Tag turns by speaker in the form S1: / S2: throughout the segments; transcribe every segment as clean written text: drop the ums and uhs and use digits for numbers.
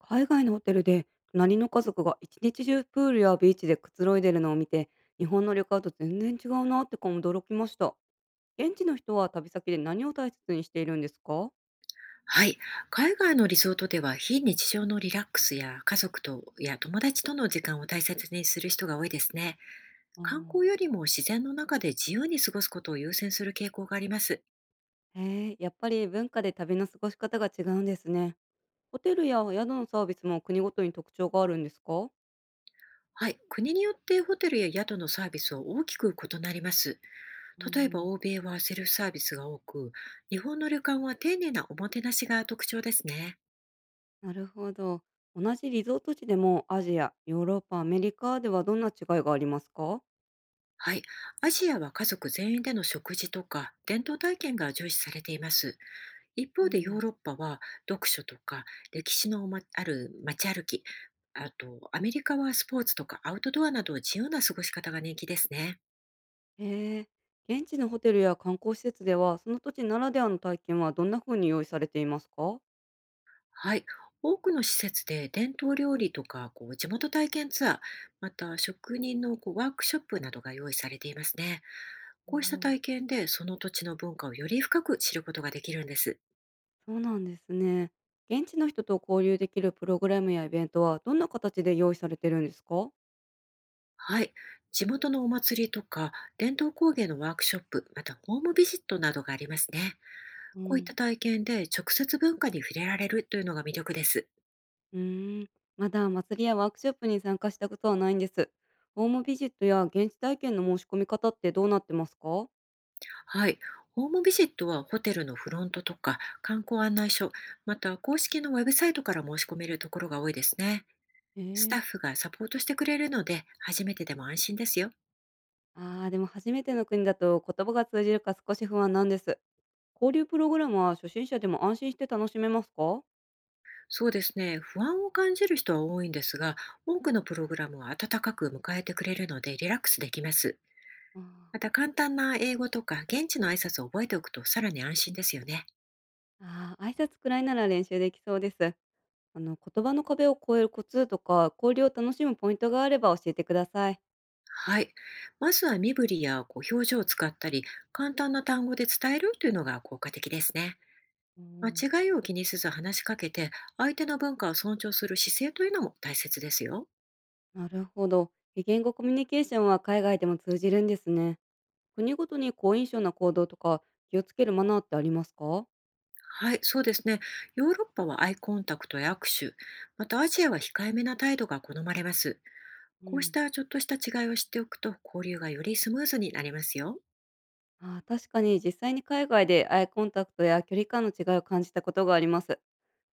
S1: 海外のホテルで隣の家族が一日中プールやビーチでくつろいでるのを見て、日本の旅館と全然違うなってか驚きました。現地の人は旅先で何を大切にしているんですか？
S2: はい。海外のリゾートでは非日常のリラックスや家族とや友達との時間を大切にする人が多いですね。
S1: あ
S2: 観
S1: ー。
S2: 光よりも自然の中で自由に過ごすことを優先する傾向があります。
S1: へえ、やっぱり文化で旅の過ごし方が違うんですね。ホテルや宿のサービスも国ごとに特徴があるんですか？
S2: はい。国によってホテルや宿のサービスは大きく異なります。
S1: う
S2: 例えば
S1: ん。
S2: 欧米はセルフサービスが多く、日本の旅館は丁寧なおもてなしが特徴ですね。
S1: なるほど。同じリゾート地でもアジアヨーロッパアメリカではどんな違いがありますか？
S2: はい。アジアは家族全員での食事とか伝統体験が重視されています。一
S1: う
S2: 方でヨー
S1: ん。
S2: ロッパは読書とか歴史の、ある街歩き、あとアメリカはスポーツとかアウトドアなど自由な過ごし方が人気ですね。
S1: へえ。現地のホテルや観光施設では、その土地ならではの体験はどんな風に用意されていますか？
S2: はい。多くの施設で伝統料理とか地元体験ツアー、また職人のワークショップなどが用意されていますね。
S1: お
S2: こうした体
S1: ー、
S2: 験でその土地の文化をより深く知ることができるんです。
S1: そうなんですね。現地の人と交流できるプログラムやイベントはどんな形で用意されてるんですか？
S2: はい。地元のお祭りとか伝統工芸のワークショップ、またホームビジットなどがありますね。
S1: うう
S2: こういっ
S1: ん。
S2: た体験で直接文化に触れられるというのが魅力です。
S1: うーん、まだ祭りやワークショップに参加したことはないんです。ホームビジットや現地体験の申し込み方ってどうなってますか？
S2: はい。ホームビジットはホテルのフロントとか観光案内所、また公式のウェブサイトから申し込めるところが多いですね。
S1: え
S2: スタッ
S1: え。
S2: フがサポートしてくれるので、初めてでも安心ですよ。
S1: ああ、でも初めての国だと言葉が通じるか少し不安なんです。交流プログラムは初心者でも安心して楽しめますか？
S2: そうですね。不安を感じる人は多いんですが、多くのプログラムは温かく迎えてくれるのでリラックスできます。また簡単な英語とか現地の挨拶を覚えておくと、さらに安心ですよね。
S1: ああー、挨拶くらいなら練習できそうです。言葉の壁を越えるコツとか、交流を楽しむポイントがあれば教えてください。
S2: はい。まずは身振りや表情を使ったり、簡単な単語で伝えるというのが効果的ですね。
S1: うん、
S2: 間違いを気にせず話しかけて、相手の文化を尊重する姿勢というのも大切ですよ。
S1: なるほど。非言語コミュニケーションは海外でも通じるんですね。国ごとに好印象な行動とか気をつけるマナーってありますか？
S2: はい、そうですね。ヨーロッパはアイコンタクトや握手、またアジアは控えめな態度が好まれます。
S1: う
S2: こうし
S1: ん。
S2: たちょっとした違いを知っておくと、交流がよりスムーズになりますよ。
S1: ああ、確かに実際に海外でアイコンタクトや距離感の違いを感じたことがあります。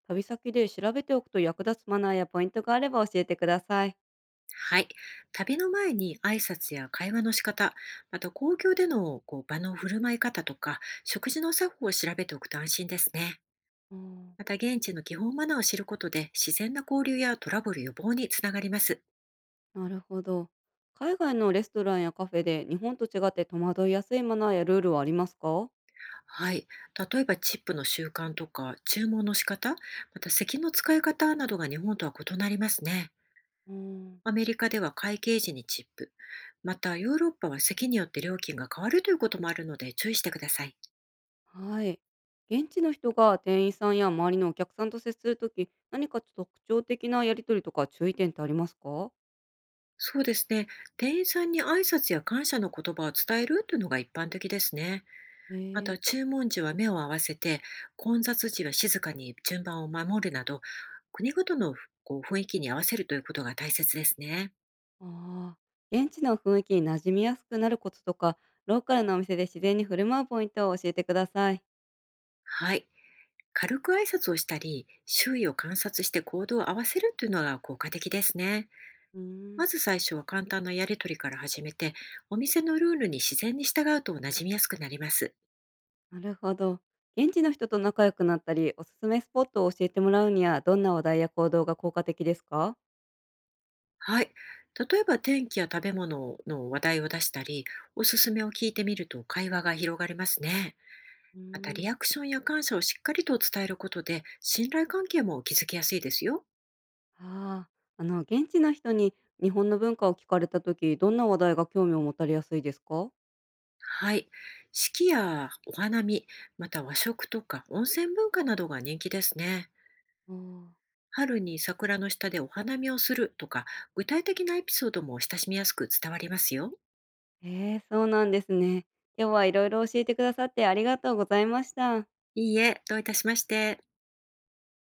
S1: 旅先で調べておくと役立つマナーやポイントがあれば教えてください。
S2: はい。旅の前に挨拶や会話の仕方、また公共での場の振る舞い方とか、食事の作法を調べておくと安心ですね。
S1: うん、
S2: また現地の基本マナーを知ることで、自然な交流やトラブル予防につながります。
S1: なるほど。海外のレストランやカフェで日本と違って戸惑いやすいマナーやルールはありますか？
S2: はい。例えばチップの習慣とか注文の仕方、また席の使い方などが日本とは異なりますね。
S1: うん、
S2: アメリカでは会計時にチップ、またヨーロッパは席によって料金が変わるということもあるので、注意してください。
S1: はい。現地の人が店員さんや周りのお客さんと接するとき、何か特徴的なやりとりとか注意点ってありますか？
S2: そうですね。店員さんに挨拶や感謝の言葉を伝えるというのが一般的ですね。
S1: ね
S2: また、
S1: え。
S2: 注文時は目を合わせて、混雑時は静かに順番を守るなど、国ごとの雰囲気に合わせるということが大切ですね。
S1: ああー、現地の雰囲気に馴染みやすくなるコツとか、ローカルなお店で自然に振る舞うポイントを教えてください。
S2: はい。軽く挨拶をしたり、周囲を観察して行動を合わせるというのが効果的ですね。
S1: うー
S2: ま
S1: ん、
S2: ず最初は簡単なやりとりから始めて、お店のルールに自然に従うと馴染みやすくなります。
S1: なるほど。現地の人と仲良くなったり、おすすめスポットを教えてもらうには、どんな話題や行動が効果的ですか？
S2: はい。例えば天気や食べ物の話題を出したり、おすすめを聞いてみると会話が広がりますね。
S1: うー
S2: また
S1: ん。
S2: リアクションや感謝をしっかりと伝えることで、信頼関係も築きやすいですよ。
S1: ああ、現地の人に日本の文化を聞かれたとき、どんな話題が興味を持たれやすいですか？
S2: はい。式やお花見、また和食とか温泉文化などが人気ですね。
S1: おー。
S2: 春に桜の下でお花見をするとか、具体的なエピソードも親しみやすく伝わりますよ。
S1: ええ、そうなんですね。今日はいろいろ教えてくださってありがとうございました。
S2: いいえ、どういたしまして。